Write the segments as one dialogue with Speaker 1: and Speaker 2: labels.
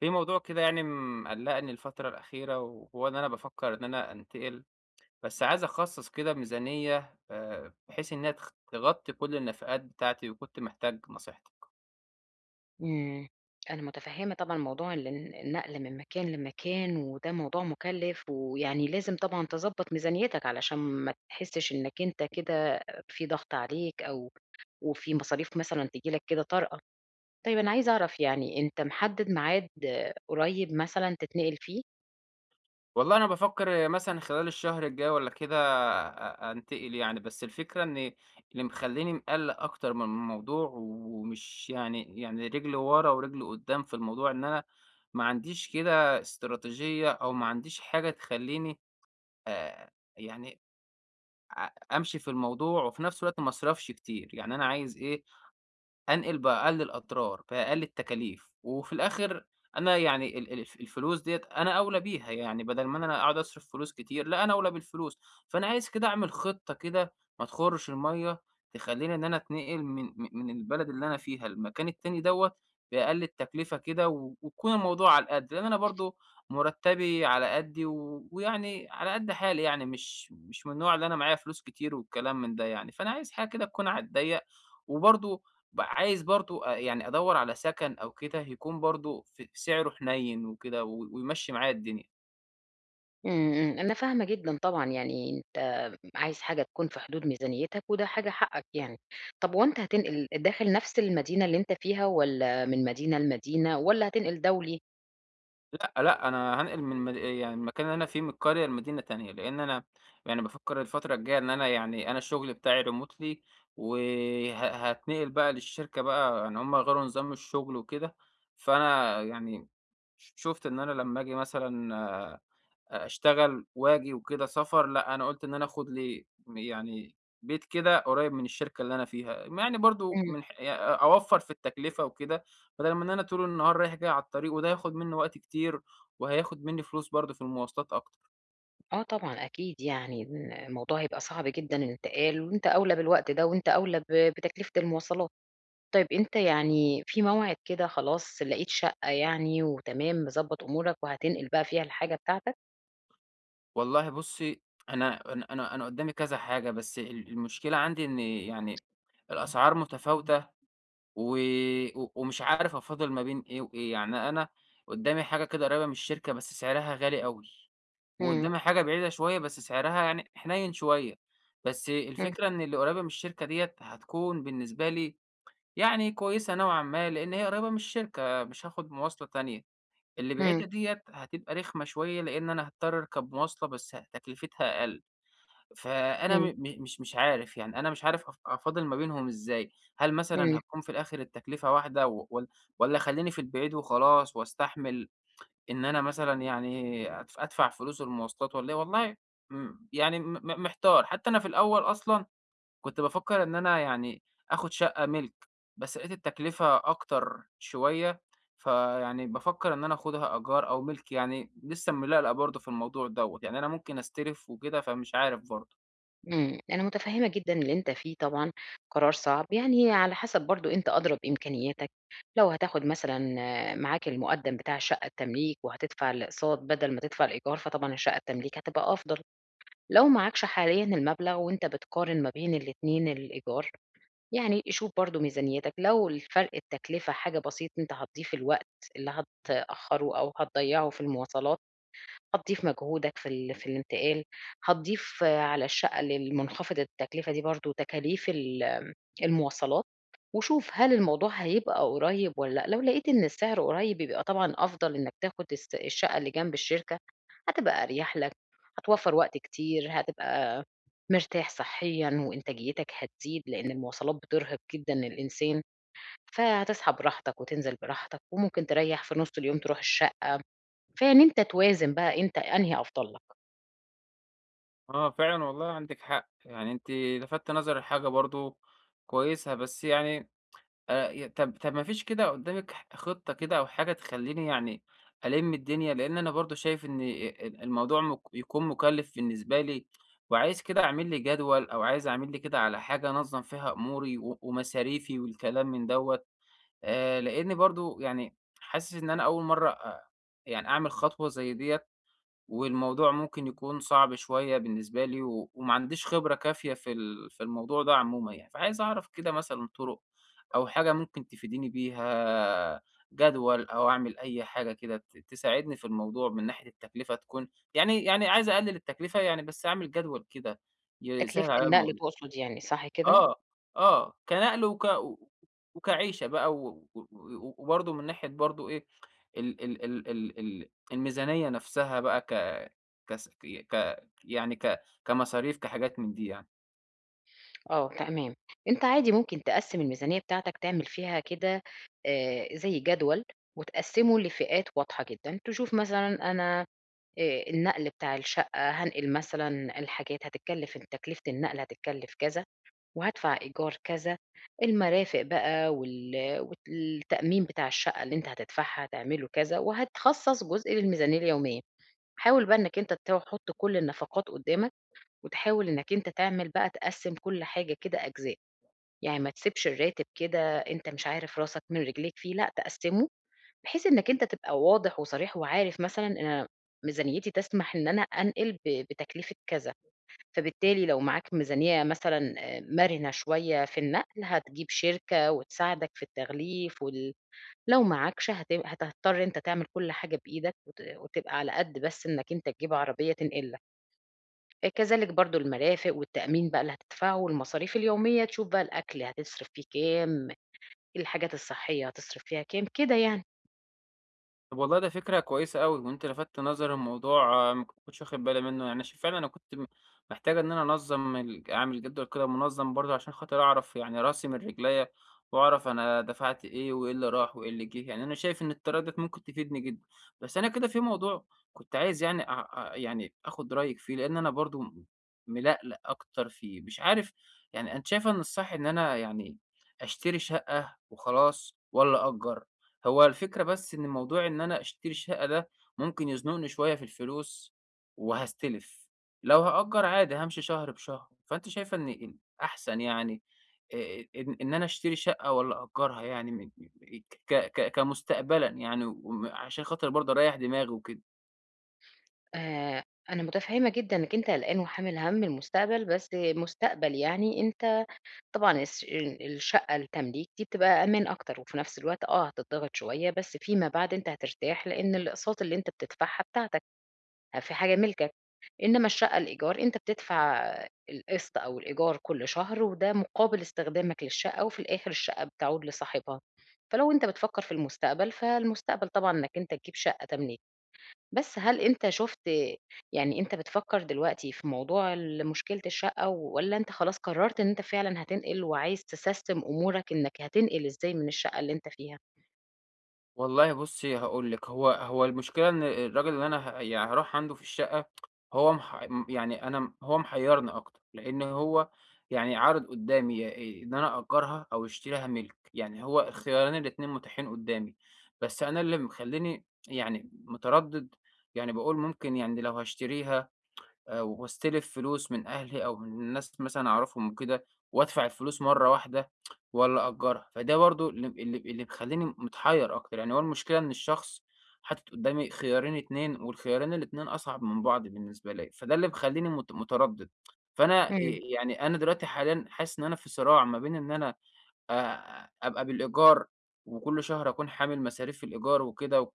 Speaker 1: في موضوع كده يعني مقلقني الفترة الأخيرة، وهو إن أنا بافكر إن أنا أنتقل، بس عايز أخصص كده ميزانية بحيث إنها تغطي كل النفقات بتاعتي، وكنت محتاج نصيحتك.
Speaker 2: إمم. أنا مُتفهِّمة طبعًا موضوع النقل من مكان لمكان، وده موضوع مُكلِّف، ويعني لازم طبعًا تضبّط ميزانيتك علشان ما تحسّش إنّك أنت كده في ضغط عليك أو وفي مصاريف مثلًا تيجي لك كده طارئة. طيب أنا عايزة أعرف يعني أنت محدِّد ميعاد آه، قريّب مثلًا تتنقل فيه؟
Speaker 1: والله أنا بافكر مثلًا خلال الشهر الجاي والّا كده أنتقل يعني، بس الفكرة إن اللي مخليني مقلق أكتر من الموضوع، ومش يعني رجلي ورا ورجلي قدام في الموضوع، إن أنا ما عنديش كده استراتيجية، أو ما عنديش حاجة تخليني آآ، يعني أ أمشي في الموضوع وفي نفس الوقت ما أصرفش كتير، يعني أنا عايز إيه، أنقل بأقل الأضرار، بأقل التكاليف، وفي الآخر أنا يعني ال ال الف الفلوس ديّة أنا أولى بيها، يعني بدل ما أنا أقعد أصرف فلوس كتير، لأ أنا أولى بالفلوس، فأنا عايز كده أعمل خطة كده ما تخرش المَيّة، تخلّيني إن أنا أتنقل من البلد اللي أنا فيها المكان التاني دوّة بأقل التكلفة كده، ويكون الموضوع على القد، لأن أنا برضه مرتبي على قدي، ويعني على قد حالي يعني، مش من النوع اللي أنا معايا فلوس كتير والكلام من ده يعني، فأنا عايز حاجة كده تكون على الضيّق، وبرضه عايز برضه يعني أدوّر على سكن أو كده يكون برضه سعره حنيّن وكده ويمشّي معايا الدنيا.
Speaker 2: إمم، إمم، أنا فاهمة جدًا طبعًا، يعني أنت عايز حاجة تكون في حدود ميزانيتك وده حاجة حقك يعني. طب وأنت هتنقل داخل نفس المدينة اللي أنت فيها والّا من مدينة لمدينة والّا هتنقل دولي؟
Speaker 1: لأ، لأ، أنا هانقل من مد يعني المكان اللي أنا فيه من القرية لمدينة تانية، لإن أنا يعني بافكّر الفترة الجاية إن أنا يعني أنا الشغل بتاعي remotely وه هاتنقل بقى للشركة بقى يعني هم غيروا نظام الشغل وكده، فأنا يعني شُفت إن أنا لمّا آجي مثلًا أشتغل وآجي وكده سفر، لأ أنا قُلت إن أنا آخُد لي يعني بيت كده قريّب من الشركة اللي أنا فيها، يعني برضه
Speaker 2: إمم،
Speaker 1: من ح ي أوفّر في التكلفة وكده، بدل ما إن أنا طول النهار رايح جاي على الطريق وده هياخُد منّي وقت كتير وهياخُد منّي فلوس برضه في المواصلات أكتر.
Speaker 2: آه طبعًا أكيد يعني إن الموضوع هيبقى صعب جدًا الانتقال وأنت أولى بالوقت ده وأنت أولى بتكلفة المواصلات. طيب أنت يعني في موعد كده خلاص لقيت شقة يعني وتمام مضبّط أمورك وهتنقل بقى فيها الحاجة بتاعتك؟
Speaker 1: والله بُصّي، أنا قُدّامي كذا حاجة، بس المشكلة عندي إن يعني الأسعار متفاوتة و و ومش عارف أفاضل ما بين إيه وإيه، يعني أنا قدّامي حاجة كده قريّبة من الشركة بس سعرها غالي أوي،
Speaker 2: إمم،
Speaker 1: وقدّامي حاجة بعيدة شوية بس سعرها يعني حنيّن شوية، بس
Speaker 2: إمم،
Speaker 1: الفكرة إن اللي قريّبة من الشركة ديّة هتكون بالنسبة لي يعني كويسة نوعًا ما، لإن هي قريّبة من الشركة مش هاخد مواصلة تانية، اللي
Speaker 2: إمم،
Speaker 1: بعيدة ديّة هتبقى رخمة شوية لإن أنا هاضطر أركب مواصلة بس تكلفتها أقل. فأنا م
Speaker 2: إمم،
Speaker 1: م مش مش عارف، يعني أنا مش عارف أفاضل ما بينهم إزاي، هل مثلًا
Speaker 2: إمم.
Speaker 1: هتكون في الآخر التكلفة واحدة و ول والّا خلّيني في البعيد وخلاص واستحمل إن أنا مثلًا يعني أدفع فلوس المواصلات والّا إيه، والله يعني م م محتار، حتى أنا في الأول أصلًا كنت بافكّر إن أنا يعني آخُد شقة مِلك، بس لقيت التكلفة أكتر شوية، فيعني بافكّر إن أنا آخُدها إيجار أو مِلك يعني لسه ملقلق برضه في الموضوع دوّة، يعني أنا ممكن أستلف وكده فمش عارف برضه.
Speaker 2: أنا متفهمة جدًا اللي أنت فيه طبعًا، قرار صعب، يعني على حسب برضه أنت أدرى بإمكانياتك، لو هتاخد مثلًا آه، معاك المقدم بتاع شقة التمليك وهتدفع الأقساط بدل ما تدفع الإيجار، فطبعًا شقة التمليك هتبقى أفضل، لو معاكش حاليًا المبلغ وأنت بتقارن ما بين الاتنين الإيجار، يعني شوف برضه ميزانيتك، لو الفرق التكلفة حاجة بسيط أنت هتضيف الوقت اللي هتأخره أو هتضيعه في المواصلات هتضيف مجهودك في الانتقال، هتضيف على الشقة المنخفضة التكلفة دي برضه تكاليف المواصلات، وشوف هل الموضوع هيبقى قريب والّا لأ، لو لقيت إن السعر قريب يبقى طبعًا أفضل إنك تاخد الشقة اللي جنب الشركة، هتبقى أريح لك، هتوفّر وقت كتير، هتبقى مرتاح صحيًا وإنتاجيتك هتزيد، لإن المواصلات بترهق جدًا الإنسان، فهتصحى براحتك وتنزل براحتك، وممكن تريّح في نُص اليوم تروح الشقة، فإن أنت توازن بقى أنت أنهي أفضل لك.
Speaker 1: آه، فعلًا والله عندِك حق، يعني أنتِ لفتِ نظري لحاجة برضه كويسة، بس يعني ي طب طب ما فيش كده قدامِك خطة كده أو حاجة تخلّيني يعني ألِم الدنيا؟ لإن أنا برضه شايف إن الموضوع يكون مُكلِّف بالنسبة لي، وعايز كده أعمل لي جدول أو عايز أعمل لي كده على حاجة أنظّم فيها أموري ومصاريفي والكلام من دوّة، لإني برضه يعني حاسس إن أنا أول مرّة يعني أعمل خطوة زي ديّة، والموضوع ممكن يكون صعب شوية بالنسبة لي وما عنديش خبرة كافية في الموضوع ده عمومًا يعني، فعايز أعرف كده مثلًا طُرق أو حاجة ممكن تفيديني بيها، جدول أو أعمل أي حاجة كده تساعدني في الموضوع من ناحية التكلفة تكون يعني عايز أقلل التكلفة يعني بس أعمل جدول كده يسهّل
Speaker 2: تكلفة
Speaker 1: عليّا
Speaker 2: النقل
Speaker 1: الموضوع.
Speaker 2: تقصد يعني صح كده؟
Speaker 1: آه، آه، كنقل وك و وكعيشة بقى و و و وبرضه من ناحية برضه إيه، ال ال ال ال ال الميزانية نفسها بقى ك كس ك ي ك يعني كمصاريف كحاجات من دي يعني.
Speaker 2: آه تمام، أنت عادي ممكن تقسّم الميزانية بتاعتك تعمل فيها كده زي جدول وتقسّمه لفئات واضحة جدًا، تشوف مثلًا أنا النقل بتاع الشقة هانقل مثلًا الحاجات هتتكلف تكلفة النقل هتتكلف كذا، وهادفع إيجار كذا، المرافق بقى والتأمين بتاع الشقة اللي أنت هتدفعها هتعمله كذا، وهتخصّص جزء للميزانية اليومية، حاول بقى إنك أنت تحط كل النفقات قدّامك. وتحاول إنك أنت تعمل بقى تقسّم كل حاجة كده أجزاء، يعني ما تسيبش الراتب كده أنت مش عارف راسك من رجليك فيه، لأ تقسّمه بحيث إنك أنت تبقى واضح وصريح وعارف مثلًا أنا ميزانيتي تسمح إن أنا أنقل بتكلفة كذا، فبالتالي لو معاك ميزانية مثلًا مرنة شوية في النقل هتجيب شركة وتساعدك في التغليف لو معاكش هتضطر أنت تعمل كل حاجة بإيدك وتبقى على قد بس إنك أنت تجيب عربية تنقل لك. كذلك برضه المرافق والتأمين بقى اللي هتدفعه والمصاريف اليومية، تشوف بقى الأكل هتصرف فيه كام، الحاجات الصحية هتصرف فيها كام، كده يعني.
Speaker 1: طب والله ده فكرة كويسة أوي، وأنت لفتت نظري لموضوع ما كنتش واخد بالي منه، يعني فعلًا أنا كنت محتاج إن أنا أنظّم ال أعمل جدول كده منظم برضه عشان خاطر أعرف يعني راسي من رجليّا، وأعرف أنا دفعت إيه وإيه اللي راح وإيه اللي جه، يعني أنا شايف إن الطريقة ديّة ممكن تفيدني جدًا، بس أنا كده في موضوع كنت عايز يعني أ أ يعني آخد رأيك فيه، لإن أنا برضه ملقلق أكتر فيه، مش عارف يعني أنتِ شايفة إن الصح إن أنا يعني أشتري شقة وخلاص والّا أأجّر؟ هو الفكرة بس إن موضوع إن أنا أشتري شقة ده ممكن يزنقني شوية في الفلوس وهاستلف، لو هأجر عادي هامشي شهر بشهر، فأنتِ شايفة إن الأحسن يعني إن أنا أشتري شقة والّا أأجرها يعني م م ك ك كمستقبلًا يعني عشان خاطر برضه أريّح دماغي وكده؟
Speaker 2: آآ أنا مُتفهِّمة جدًا إنّك أنت قلقان وحامل هَم المستقبل، بس مستقبل يعني أنت طبعًا الس ال الشقة التمليك دي بتبقى أمان أكتر وفي نفس الوقت آه، هتتضغط شوية، بس فيما بعد أنت هترتاح لإن الأقساط اللي أنت بتدفعها بتاعتك. في حاجة مِلكك، إنما الشقة الإيجار أنت بتدفع القسط أو الإيجار كل شهر، وده مقابل استخدامك للشقة، وفي الآخر الشقة بتعود لصاحبها. فلو أنت بتفكّر في المستقبل، فالمستقبل طبعًا إنك أنت تجيب شقة تمليك. بس هل أنت شُفت يعني أنت بتفكّر دلوقتي في موضوع مشكلة الشقة والّا أنت خلاص قررت إن أنت فعلًا هتنقل وعايز تسَسّم أمورك إنك هتنقل إزاي من الشقة اللي أنت فيها؟
Speaker 1: والله بُصّي هاقول لِك، هو المشكلة إن الراجل اللي أنا يعني هاروح عنده في الشقة هو مح م يعني أنا م هو محيّرني أكتر، لإن هو يعني عارض قدّامي يا إيه إن أنا أأجّرها أو أشتري لها مِلْك، يعني هو الخيارين الاتنين متاحين قدّامي، بس أنا اللي مخلّيني يعني متردِّد، يعني باقول ممكن يعني لو هاشتريها واستلف فلوس من أهلي أو من ناس مثلًا أعرفهم وكده، وأدفع الفلوس مرّة واحدة والّا أأجّرها، فده برضه اللي مخلّيني متحيّر أكتر، يعني هو المشكلة إن الشخص حاطط قدّامي خيارين، 2 والخيارين الاتنين أصعب من بعض بالنسبة ليّا، فده اللي مخلّيني متردد. فأنا
Speaker 2: إمم.
Speaker 1: يعني أنا دلوقتي حاليًا حاسس إن أنا في صراع ما بين إن أنا أبقى بالإيجار، وكل شهر أكون حامل مصاريف الإيجار وكده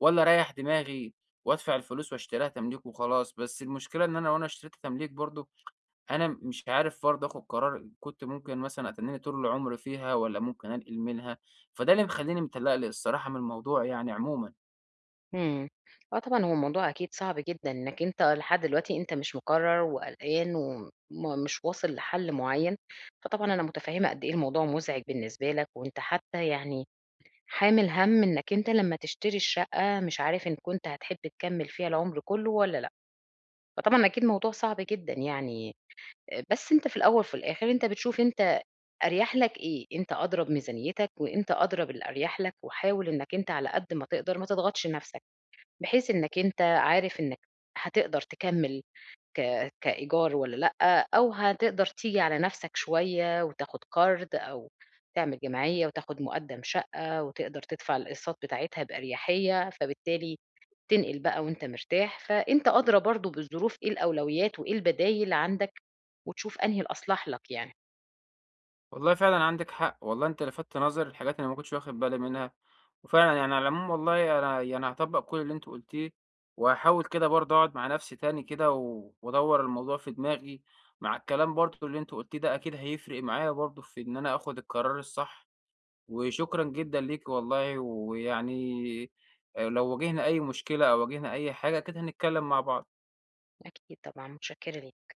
Speaker 1: والّا أريّح دماغي وأدفع الفلوس وأشتريها تمليك وخلاص، بس المشكلة إن أنا لو أنا اشتريت تمليك برضه أنا مش عارف برضه آخُد قرار، كنت ممكن مثلًا أتنّيني طول العمر فيها والّا ممكن أنقل منها، فده اللي مخلّيني متقلّق لي الصراحة من الموضوع يعني عمومًا.
Speaker 2: إمم. آه طبعًا هو الموضوع أكيد صعب جدًا، إنّك أنت لحد دلوقتي أنت مش مقرّر وقلقان مش واصل لحل معيّن، فطبعًا أنا متفهّمة قد إيه الموضوع مُزعج بالنسبة لك، وأنت حتى يعني حامل هَم إنّك أنت لمّا تشتري الشقة مش عارف إن كنت هتحب تكمّل فيها العمر كلّه والّا لأ، فطبعًا أكيد موضوع صعب جدًا يعني، بس أنت في الأول وفي الآخر أنت بتشوف أنت أريح لك إيه، أنت أدرى بميزانيتك وأنت أدرى بالأريح لك، وحاول إنّك أنت على قد ما تقدر ما تضغطش نَفْسك. بحيث إنك أنت عارف إنك هتقدر تكمّل كإيجار والّا لأ، أو هتقدر تيجي على نَفْسك شوية وتاخُد قرض أو تعمل جمعية وتاخُد مُقدَّم شقّة وتقدر تدفع الأقساط بتاعتها بأريحية، فبالتالي تنقل بقى وأنت مرتاح، فأنت أدرى برضه بالظروف إيه الأولويات وإيه البدايل عندك وتشوف أنهي الأصلح لك يعني.
Speaker 1: والله فعلًا عندِك حق، والله أنت لفتت نظري لحاجات أنا ما كنتش واخد بالي منها، وفعلًا يعني على العموم والله أنا يعني هاطبّق كل اللي أنت قُلتيه، وهاحاول كده برضه أقعد مع نفسي تاني كده وأدوّر الموضوع في دماغي، مع الكلام برضه اللي أنت قُلتيه ده أكيد هيفرق معايا برضه في إن أنا آخد القرار الصح، وشكرًا جدًا ليك والله، ويعني لو واجهنا أي مشكلة أو واجهنا أي حاجة أكيد هنتكلّم مع بعض.
Speaker 2: أكيد طبعًا، مُتشكّرة ليك.